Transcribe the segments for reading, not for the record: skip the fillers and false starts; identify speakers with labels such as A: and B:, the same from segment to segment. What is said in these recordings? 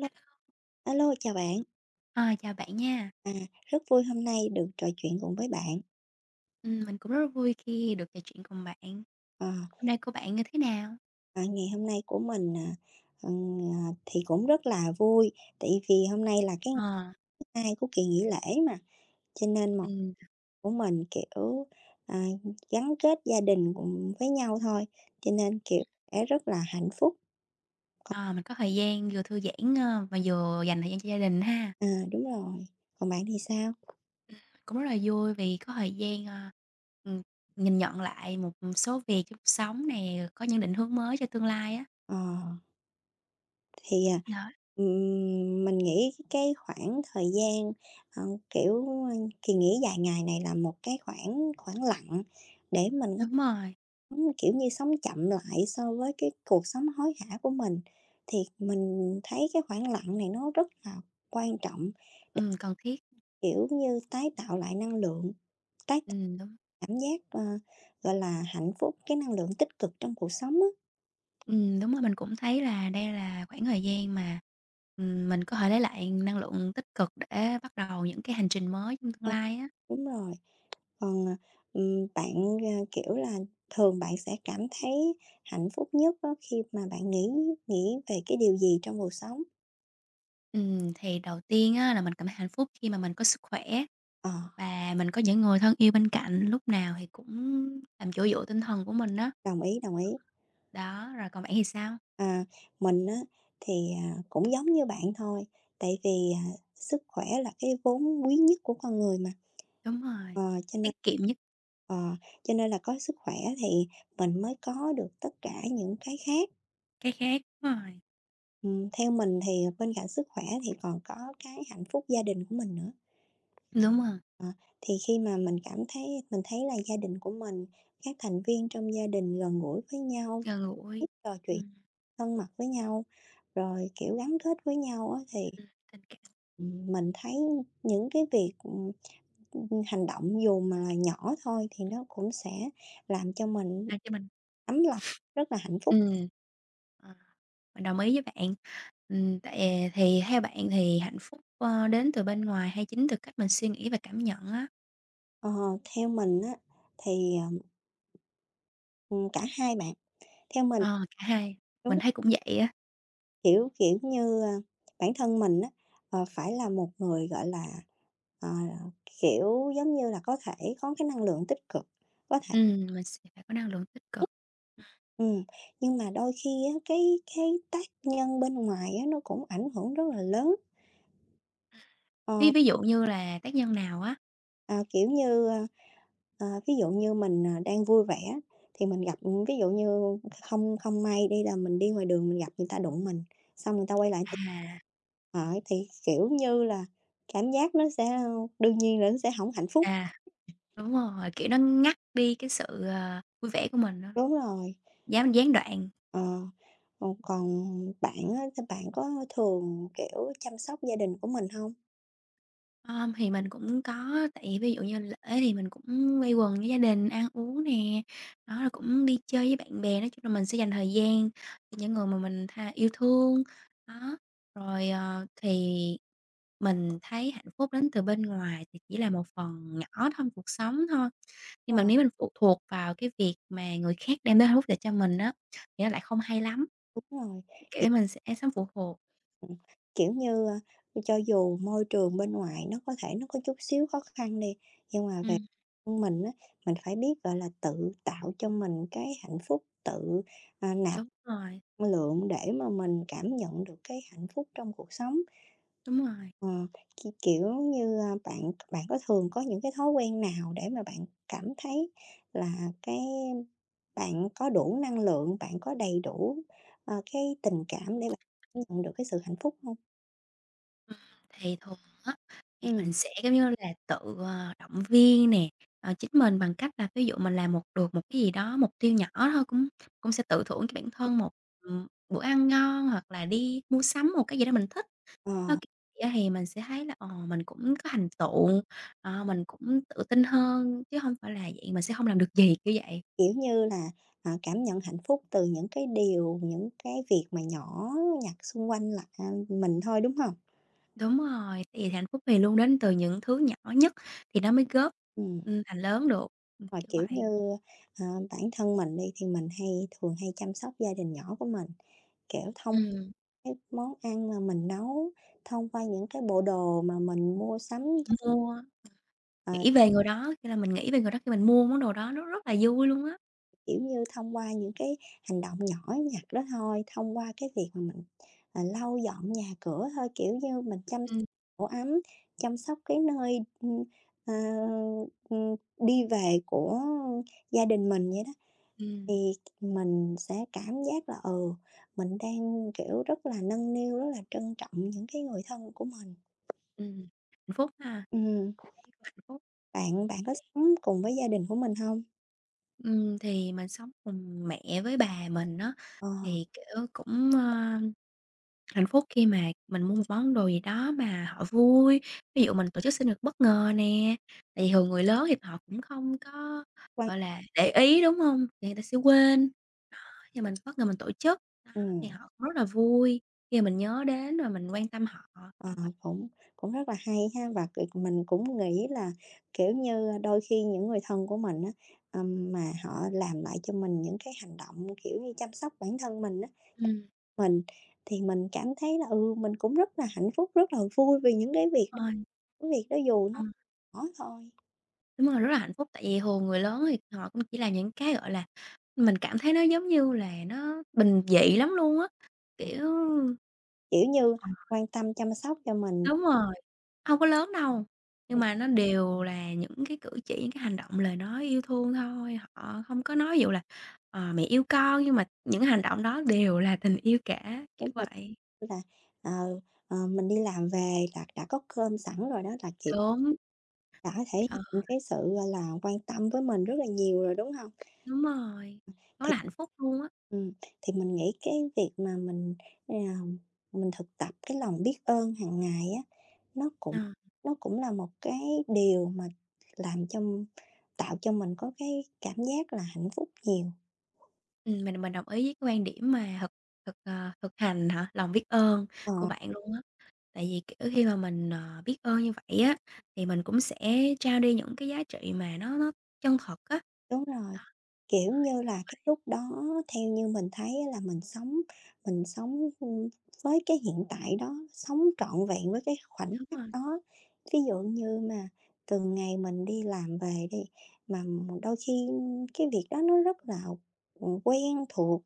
A: Lô, alo, chào bạn.
B: À, chào bạn nha.
A: À, rất vui hôm nay được trò chuyện cùng với bạn.
B: Mình cũng rất là vui khi được trò chuyện cùng bạn.
A: Ờ,
B: Hôm nay của bạn như thế nào?
A: ngày hôm nay của mình, thì cũng rất là vui, tại vì hôm nay là cái ngày
B: Ờ,
A: thứ hai của kỳ nghỉ lễ mà, cho nên một
B: ừm,
A: của mình, kiểu, à, gắn kết gia đình cùng với nhau thôi, cho nên, kiểu, sẽ rất là hạnh phúc. Còn
B: ờ, mình có thời gian vừa thư giãn, mà vừa dành thời gian cho gia đình ha.
A: đúng rồi, còn bạn thì sao?
B: Cũng rất là vui vì có thời gian, ừm, nhìn nhận lại một số việc trong cuộc sống nè, có những định hướng mới cho tương lai á.
A: Ờ. Thì, à,
B: Đó.
A: mình nghĩ cái khoảng thời gian, ờ, kiểu, kỳ nghỉ dài ngày này là một cái khoảng khoảng lặng để mình có,
B: Đúng rồi,
A: kiểu như, sống chậm lại so với cái cuộc sống hối hả của mình. Thì mình thấy cái khoảng lặng này nó rất là quan trọng,
B: cần thiết.
A: kiểu như, tái tạo lại năng lượng, tái tạo
B: Đúng,
A: cảm giác, gọi là, hạnh phúc, cái năng lượng tích cực trong cuộc sống á.
B: đúng rồi, mình cũng thấy là đây là khoảng thời gian mà, mình có thể lấy lại năng lượng tích cực để bắt đầu những cái hành trình mới trong tương
A: Ờ.
B: lai á.
A: Đúng rồi. Còn, à, Bạn, kiểu là, thường bạn sẽ cảm thấy hạnh phúc nhất á khi mà bạn nghĩ nghĩ về cái điều gì trong cuộc sống?
B: Thì đầu tiên á là mình cảm thấy hạnh phúc khi mà mình có sức khỏe
A: Ờ,
B: và mình có những người thân yêu bên cạnh lúc nào thì cũng làm chỗ dựa tinh thần của mình đó
A: đồng ý, đồng ý.
B: Đó, rồi còn bạn thì sao?
A: À, mình á thì, cũng giống như bạn thôi, tại vì, sức khỏe là cái vốn quý nhất của con người mà.
B: Đúng rồi,
A: Ờ, cho
B: tiết
A: nên
B: kiệm nhất
A: ờ, cho nên là có sức khỏe thì mình mới có được tất cả những cái khác.
B: cái khác,
A: Theo mình thì bên cạnh sức khỏe thì còn có cái hạnh phúc gia đình của mình nữa.
B: đúng rồi,
A: Ờ, thì khi mà mình cảm thấy mình thấy là gia đình của mình, các thành viên trong gia đình gần gũi với nhau,
B: gần gũi.
A: biết trò chuyện
B: Ừm,
A: thân mật với nhau, rồi, kiểu, gắn kết với nhau á, thì,
B: ừm, tình cảm
A: mình thấy những cái việc, hành động dù mà là nhỏ thôi thì nó cũng sẽ làm cho mình
B: sao cho mình
A: ấm lòng, rất là hạnh phúc.
B: Ừm, ờ, mình đồng ý với bạn. Ừm, tại thì theo bạn thì hạnh phúc, đến từ bên ngoài hay chính từ cách mình suy nghĩ và cảm nhận á?
A: Ờ, Theo mình á thì, cả hai bạn, theo mình
B: Ờ, cả hai,
A: đúng.
B: mình thấy cũng vậy á.
A: Kiểu, kiểu như, a, bản thân mình á, phải là một người, gọi là, ờ, kiểu, giống như là, có thể có cái năng lượng tích cực, có thể
B: Mình sẽ phải có năng lượng tích cực.
A: ừm, nhưng mà đôi khi á, cái tác nhân bên ngoài á, nó cũng ảnh hưởng rất là lớn.
B: Ví
A: Ờ.
B: ví dụ như là tác nhân nào á
A: Ờ, Kiểu như, ví dụ như mình, đang vui vẻ thì mình gặp ừ, ví dụ như không không may đi là mình đi ngoài đường mình gặp người ta đụng mình, xong người ta quay lại t
B: à,
A: thì, kiểu như là, cảm giác nó sẽ đương nhiên là nó sẽ không hạnh phúc.
B: à, đúng rồi, kiểu, nó ngắt đi cái sự, vui vẻ của mình á,
A: Đúng rồi.
B: gián gián đoạn.
A: Ờ, Còn bạn á, thì bạn có thường, kiểu, chăm sóc gia đình của mình không?
B: Thì mình cũng có tại vì ví dụ như lễ thì mình cũng quây quần với gia đình ăn uống nè, đó, rồi cũng đi chơi với bạn bè, nói chung là mình sẽ dành thời gian cho những người mà mình tha yêu thương. Đó, rồi, thì mình thấy hạnh phúc đến từ bên ngoài thì chỉ là một phần nhỏ trong cuộc sống thôi. Nhưng mà
A: Ờ,
B: nếu mình phụ thuộc vào cái việc mà người khác đem đến hạnh phúc để cho mình á, thì nó lại không hay lắm,
A: đúng rồi.
B: kiểu, mình sẽ sống phụ thuộc.
A: Ừm, kiểu như, a, cho dù môi trường bên ngoài nó có thể nó có chút xíu khó khăn đi, nhưng mà về
B: Ừm,
A: thân mình á, mình phải biết, gọi là, tự tạo cho mình cái hạnh phúc, tự, nạp
B: đúng. Rồi,
A: năng lượng để mà mình cảm nhận được cái hạnh phúc trong cuộc sống.
B: đúng rồi.
A: Ờ, k kiểu như, a, bạn bạn có thường có những cái thói quen nào để mà bạn cảm thấy là cái bạn có đủ năng lượng, bạn có đầy đủ, cái tình cảm để bạn nhận được cái sự hạnh phúc không?
B: Ừm, thì thường á, thì
A: Ừm.
B: mình sẽ, giống như là, tự, động viên nè, chính mình bằng cách là ví dụ mình làm một được một cái gì đó, mục tiêu nhỏ thôi cũng cũng sẽ tự thưởng cho bản thân một, bữa ăn ngon hoặc là đi mua sắm một cái gì đó mình thích.
A: Ờ,
B: Nó kiểu vậy á, thì mình sẽ thấy là, mình cũng có thành tựu, mình cũng tự tin hơn chứ không phải là vậy mình sẽ không làm được gì, kiểu vậy.
A: kiểu như là, cảm nhận hạnh phúc từ những cái điều, những cái việc mà nhỏ nhặt xung quanh là à, mình thôi, đúng không?
B: Đúng rồi, tại vì hạnh phúc thì luôn đến từ những thứ nhỏ nhất thì nó mới góp,
A: Ừm,
B: thành lớn được,
A: rồi,
B: kiểu
A: kiểu
B: vậy.
A: như, ờ, bản thân mình đi thì mình hay thường hay chăm sóc gia đình nhỏ của mình, kiểu, thông
B: Ừm.
A: cái món ăn mà mình nấu, thông qua những cái bộ đồ mà mình mua sắm ch
B: Mua,
A: ờ.
B: Nghĩ về người đó, khi là mình nghĩ về người đó khi mình mua món đồ đó nó rất là vui luôn á.
A: Kiểu như, thông qua những cái hành động nhỏ nhặt đó thôi, thông qua cái việc mà mình, lau dọn nhà cửa thôi, kiểu như, mình chăm sóc
B: Ừm,
A: tổ ấm, chăm sóc cái nơi, ờ, đi về của gia đình mình vậy đó,
B: ừm,
A: thì mình sẽ cảm giác là, ừ, mình đang, kiểu, rất là nâng niu, rất là trân trọng những cái người thân của mình.
B: Hạnh phúc ha,
A: Ừm,
B: thấy cũng hạnh phúc.
A: bạn bạn có sống cùng với gia đình của mình không?
B: Thì mình sống cùng mẹ với bà mình á,
A: Ờ,
B: thì, kiểu, cũng, hạnh phúc khi mà mình mua một món đồ gì đó mà họ vui. Ví dụ mình tổ chức sinh nhật bất ngờ nè, tại vì thường người lớn thì họ cũng không có,
A: quan
B: gọi là, để ý, đúng hông? Thì người ta sẽ quên. Thì mình bất ngờ mình tổ chức, đó, thì
A: ừm.
B: họ cũng rất là vui khi mà mình nhớ đến và mình quan tâm họ,
A: Ờ,
B: kiểu vậy.
A: cũng cũng rất là hay ha, và, kiểu, mình cũng nghĩ là, kiểu như, đôi khi những người thân của mình á, mà họ làm lại cho mình những cái hành động, kiểu như, chăm sóc bản thân mình á,
B: Ừm.
A: mình thì mình cảm thấy là, ừ, mình cũng rất là hạnh phúc, rất là vui vì những
B: Ôi,
A: cái việc đó dù nó
B: ừm,
A: nhỏ thôi,
B: đúng rồi, rất là hạnh phúc, tại vì thường người lớn thì họ cũng chỉ làm những cái, gọi là, mình cảm thấy nó giống như là nó bình dị lắm luôn á, kiểu
A: kiểu như,
B: Ờ,
A: quan tâm chăm sóc cho mình.
B: đúng rồi, hông có lớn đâu, nhưng mà nó đều là những cái cử chỉ, những cái hành động, lời nói yêu thương thôi, họ không có nói ví dụ là "Ờ, mẹ yêu con", nhưng mà những hành động đó đều là tình yêu cả, kiểu
A: Đúng rồi,
B: vậy.
A: như là, ờ, mình đi làm về là đã có cơm sẵn rồi đó, là, kiểu,
B: Đúng,
A: đã thể
B: ờ,
A: hiện cái sự, là, quan tâm với mình rất là nhiều rồi, đúng không?
B: đúng rồi, nó
A: Thì
B: là hạnh phúc luôn á.
A: thì mình nghĩ cái việc mà mình, à, mình thực tập cái lòng biết ơn hàng ngày á, nó cũng
B: Ờ,
A: nó cũng là một cái điều mà làm cho tạo cho mình có cái cảm giác là hạnh phúc nhiều.
B: mình đồng ý với cái quan điểm mà thực thực, ờ, thực hành hả, lòng biết ơn của
A: Ờ.
B: bạn luôn á. Tại vì, kiểu, khi mà mình, biết ơn như vậy á, thì mình cũng sẽ trao đi những cái giá trị mà nó chân thật á.
A: Đúng rồi,
B: Đó.
A: kiểu như là, cái lúc đó theo như mình thấy á là mình sống, với cái hiện tại đó, sống trọn vẹn với cái khoảnh
B: Đúng
A: khắc
B: rồi,
A: đó. Ví dụ như mà từng ngày mình đi làm về đi, mà đôi khi cái việc đó nó rất là, quen thuộc,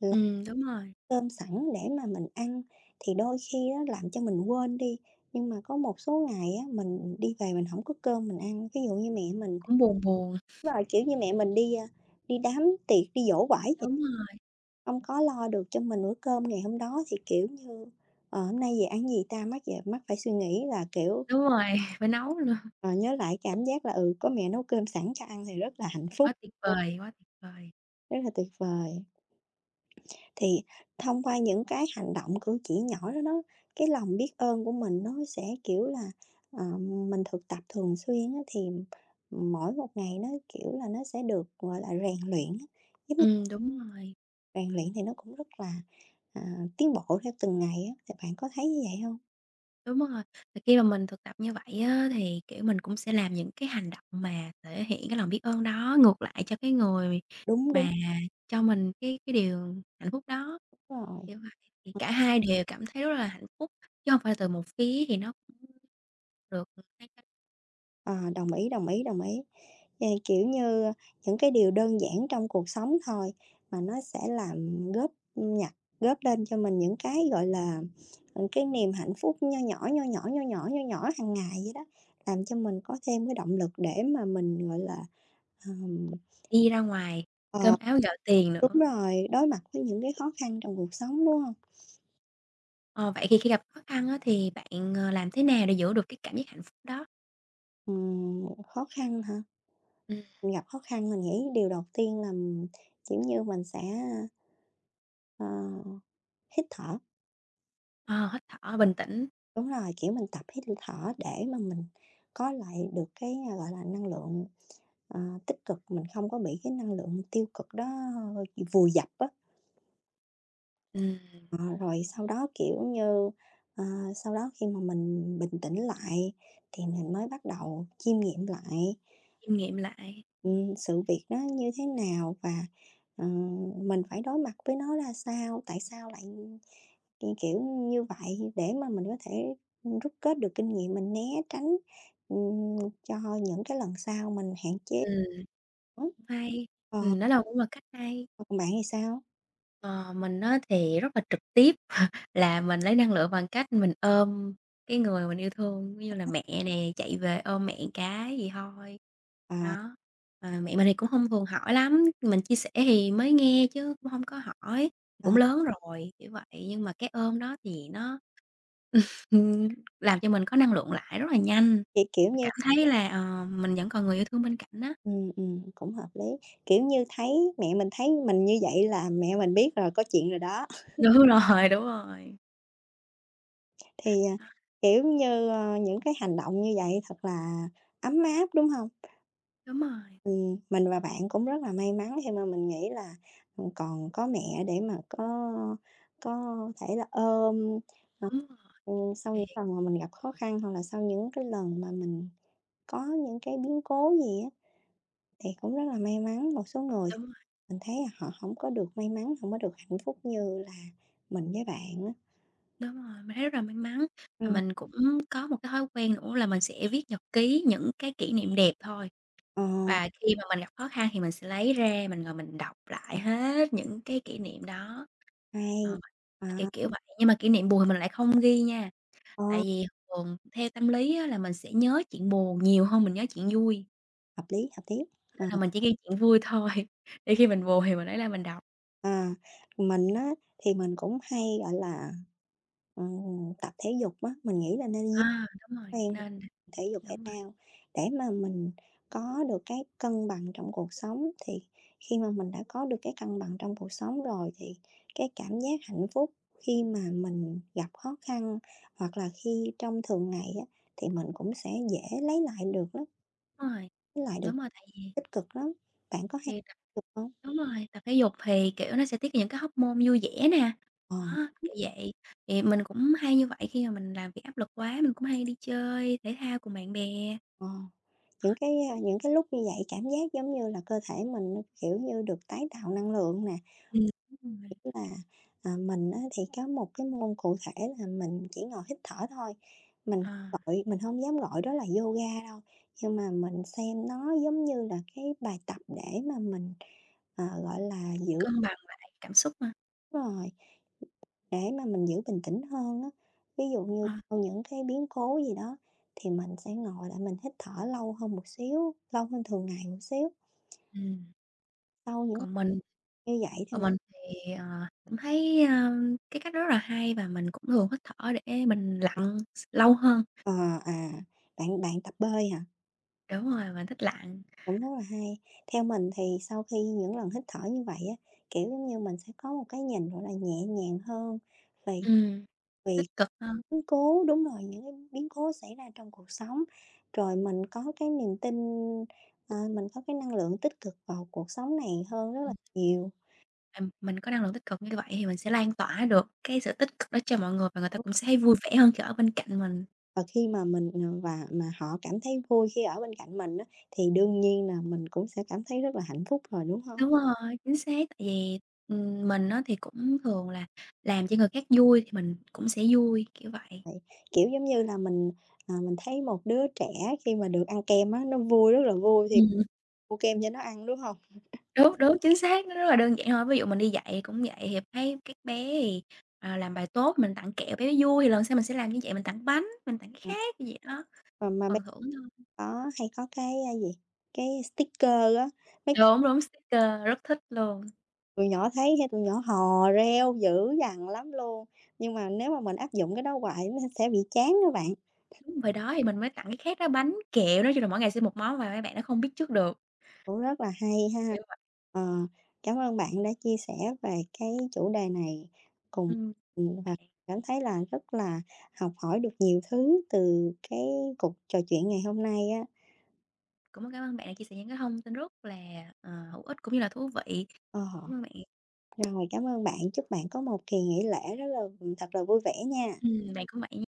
A: là
B: đúng rồi,
A: cơm sẵn để mà mình ăn, thì đôi khi á làm cho mình quên đi. Nhưng mà có một số ngày á, mình đi về mình hổng có cơm mình ăn, ví dụ như mẹ mình.
B: cũng buồn buồn,
A: Đúng rồi, kiểu như, mẹ mình đi, a, đi đám tiệc, đi giỗ quải vậy,
B: đúng rồi,
A: hông có lo được cho mình bữa cơm ngày hôm đó thì, kiểu như, "Hôm nay về ăn gì ta?" Mắc về mắc phải suy nghĩ là, kiểu,
B: đúng rồi, phải nấu nữa,
A: ờ, nhớ lại cảm giác là, ừ, có mẹ nấu cơm sẵn cho ăn thì rất là hạnh phúc
B: quá tuyệt
A: luôn,
B: vời, quá tuyệt vời.
A: rất là tuyệt vời. Thì thông qua những cái hành động, cử chỉ nhỏ đó đó, cái lòng biết ơn của mình nó sẽ, kiểu là, ờ, mình thực tập thường xuyên á thì mỗi một ngày nó, kiểu là, nó sẽ được, gọi là, rèn luyện á. Giống
B: Đúng rồi.
A: Rèn luyện thì nó cũng rất là, à, tiến bộ theo từng ngày á, thì bạn có thấy như vậy không?
B: Đúng rồi, thì khi mà mình thực tập như vậy á, thì, kiểu, mình cũng sẽ làm những cái hành động mà thể hiện cái lòng biết ơn đó ngược lại cho cái người
A: Đúng, đúng
B: mà cho mình cái điều hạnh phúc đó,
A: rồi.
B: kiểu vậy. Thì cả hai đều cảm thấy rất là hạnh phúc, chứ hông phải từ một phía thì nó cũng được hai cái
A: Ờ, đồng ý, đồng ý, đồng ý. Ờ, kiểu như, những cái điều đơn giản trong cuộc sống thôi mà nó sẽ làm góp nhặt góp lên cho mình những cái, gọi là, những cái niềm hạnh phúc nho nhỏ, nho nhỏ, nho nhỏ, nho nhỏ hàng ngày vậy đó, làm cho mình có thêm cái động lực để mà mình, gọi là, ờm,
B: đi ra ngoài cơm
A: ờ
B: áo gạo tiền
A: đúng
B: nữa.
A: rồi, đối mặt với những cái khó khăn trong cuộc sống, đúng không?
B: Ờ, Vậy thì khi gặp khó khăn á, thì bạn, làm thế nào để giữ được cái cảm giác hạnh phúc đó?
A: Khó khăn hả?
B: Ừm.
A: Mình gặp khó khăn mình nghĩ điều đầu tiên là, m- kiểu như, mình sẽ, ờ, hít thở.
B: Ờ, hít thở bình tĩnh,
A: Đúng rồi, kiểu, mình tập hít thở để mà mình có lại được cái, gọi là, năng lượng, ờ, tích cực, mình không có bị cái năng lượng tiêu cực đó vùi dập á.
B: ừm,
A: Ờ, rồi sau đó, kiểu như, ờ, sau đó khi mà mình bình tĩnh lại thì mình mới bắt đầu chiêm nghiệm lại.
B: chiêm nghiệm lại.
A: Sự việc nó như thế nào và, ờ, mình phải đối mặt với nó ra sao? Tại sao lại, kiểu, kiểu như vậy? Để mà mình có thể, rút kết được kinh nghiệm, mình né tránh, ừm, cho những cái lần sau mình hạn chế.
B: Ừm.
A: Ừm.
B: Hay,
A: Ờ,
B: đó là cũng là cách hay.
A: còn bạn thì sao?
B: Ờ, mình á thì rất là trực tiếp, là mình lấy năng lượng bằng cách mình ôm cái người mình yêu thương, giống như là mẹ nè, chạy về ôm mẹ cái gì thôi.
A: À,
B: Đó, mà mẹ mình thì cũng không thường hỏi lắm, mình chia sẻ thì mới nghe chứ cũng không có hỏi,
A: ờ,
B: cũng lớn rồi, kiểu vậy. Nhưng mà cái ôm đó thì nó, ừm, làm cho mình có năng lượng lại rất là nhanh,
A: thì, kiểu như
B: cảm thấy là, mình vẫn còn người yêu thương bên cạnh á.
A: cũng hợp lý, kiểu như, thấy mẹ mình thấy mình như vậy là mẹ mình biết rồi, có chuyện rồi đó.
B: Đúng rồi, đúng rồi,
A: Thì, kiểu như, ơ, những cái hành động như vậy thật là ấm áp, đúng không?
B: đúng rồi,
A: Mình và bạn cũng rất là may mắn khi mà mình nghĩ là, ừ, còn có mẹ để mà có thể là ôm, ờ,
B: đúng rồi.
A: sau
B: Thì
A: những lần mà mình gặp khó khăn hoặc là sau những cái lần mà mình có những cái biến cố gì á, thì cũng rất là may mắn. Một số người thì
B: đúng rồi,
A: mình thấy là họ không có được may mắn, không có được hạnh phúc như là mình với bạn á.
B: đúng rồi, mình thấy rất là may mắn. Và
A: Ừm.
B: mình cũng có một cái thói quen nữa là mình sẽ viết nhật ký những cái kỷ niệm đẹp thôi.
A: Ờ,
B: Và khi mà mình gặp khó khăn thì mình sẽ lấy ra mình ngồi mình đọc lại hết những cái kỷ niệm đó.
A: hay.
B: Ờ,
A: À,
B: kiểu vậy, nhưng mà kỷ niệm buồn thì mình lại không ghi nha,
A: ờ.
B: tại vì thường theo tâm lý á là mình sẽ nhớ chuyện buồn nhiều hơn mình nhớ chuyện vui,
A: Hợp lý, hợp lý.
B: nên
A: Ờ,
B: là mình chỉ ghi chuyện vui thôi, để khi mình buồn thì mình lấy ra mình đọc.
A: à, mình á, thì mình cũng hay, gọi là, tập thể dục á, mình nghĩ là nên duy
B: À, đúng rồi,
A: quen
B: nên
A: thể dục thể
B: đúng rồi,
A: thao để mà mình có được cái cân bằng trong cuộc sống. Thì khi mà mình đã có được cái cân bằng trong cuộc sống rồi thì cái cảm giác hạnh phúc khi mà mình gặp khó khăn hoặc là khi trong thường ngày á, thì mình cũng sẽ dễ lấy lại được lắm,
B: đúng rồi.
A: lấy lại được
B: Đúng rồi.
A: tích cực lắm. Bạn có hay
B: Thì tập
A: hông?
B: Đúng rồi, tập thể dục thì, kiểu, nó sẽ tiết những cái hormone vui vẻ nè,
A: Ờ.
B: đó, kiểu vậy. Thì mình cũng hay như vậy khi mà mình làm việc áp lực quá mình cũng hay đi chơi thể thao cùng bạn bè.
A: Ờ, những cái, những cái lúc như vậy cảm giác giống như là cơ thể mình nó, kiểu như, được tái tạo năng lượng nè,
B: Ừm, đúng rồi.
A: kiểu là, mình á thì có một cái môn cụ thể là mình chỉ ngồi hít thở thôi, mình
B: Ờ,
A: không gọi mình không dám gọi đó là yoga đâu, nhưng mà mình xem nó giống như là cái bài tập để mà mình, gọi là, giữ
B: cân bằng lại cảm xúc mà.
A: rồi, để mà mình giữ bình tĩnh hơn á, ví dụ như
B: Ờ.
A: sau những cái biến cố gì đó thì mình sẽ ngồi lại mình hít thở lâu hơn một xíu, lâu hơn thường ngày một xíu.
B: Ừm.
A: Sau những
B: Còn mình
A: như vậy thì
B: còn
A: mình
B: mình thì, cũng thấy, cái cách đó rất là hay và mình cũng thường hít thở để mình lặn lâu hơn.
A: ờ, à, bạn bạn tập bơi hả?
B: Đúng rồi, mình thích lặn,
A: Cũng rất là hay. Theo mình thì sau khi những lần hít thở như vậy á, kiểu giống như mình sẽ có một cái nhìn gọi là nhẹ nhàng hơn về
B: ừm,
A: vì
B: tích cực hơn.
A: biến cố, đúng rồi, những cái biến cố xảy ra trong cuộc sống, rồi mình có cái niềm tin, mình có cái năng lượng tích cực vào cuộc sống này hơn rất là nhiều.
B: Mình có năng lượng tích cực như vậy thì mình sẽ lan tỏa được cái sự tích cực đó cho mọi người và người ta cũng sẽ thấy vui vẻ hơn khi ở bên cạnh mình.
A: Và khi mà mình, và mà họ cảm thấy vui khi ở bên cạnh mình á, thì đương nhiên là mình cũng sẽ cảm thấy rất là hạnh phúc rồi, đúng hông?
B: Đúng rồi, chính xác, tại vì, mình á thì cũng thường là làm cho người khác vui thì mình cũng sẽ vui, kiểu vậy.
A: Vậy, kiểu, giống như là mình, mình thấy một đứa trẻ khi mà được ăn kem á, nó vui, rất là vui thì
B: Ừm.
A: mua kem cho nó ăn, đúng hông?
B: Đúng, đúng, chính xác, nó rất là đơn giản thôi. Ví dụ mình đi dạy cũng vậy, thì thấy các bé thì, làm bài tốt mình tặng kẹo bé vui, thì lần sau mình sẽ làm như vậy, mình tặng bánh, mình tặng cái
A: Ờ.
B: khác, kiểu vậy đó,
A: Mà bây
B: phần thưởng thôi.
A: có hay có cái, a, gì, cái sticker á, mấy
B: Đúng, đúng, sticker rất thích luôn.
A: tụi nhỏ thấy hay tụi nhỏ hò reo dữ dằn lắm luôn, nhưng mà nếu mà mình áp dụng cái đó hoài nó sẽ bị chán đó bạn,
B: Đúng rồi đó, thì mình mới tặng cái khác đó, bánh, kẹo, nói chung là mỗi ngày sẽ một món và mấy bạn nó không biết trước được,
A: cũng rất là hay ha.
B: kiểu vậy.
A: Ờ, cảm ơn bạn đã chia sẻ về cái chủ đề này cùng
B: Ừm,
A: và
B: Bạn
A: cảm thấy là rất là học hỏi được nhiều thứ từ cái cuộc trò chuyện ngày hôm nay á.
B: cũng cảm ơn bạn đã chia sẻ những cái thông tin rất là, hữu ích cũng như là thú vị.
A: Ờ,
B: Cảm ơn bạn.
A: rồi cảm ơn bạn, chúc bạn có một kỳ nghỉ lễ rất là thật là vui vẻ nha.
B: Bạn cũng vậy nha.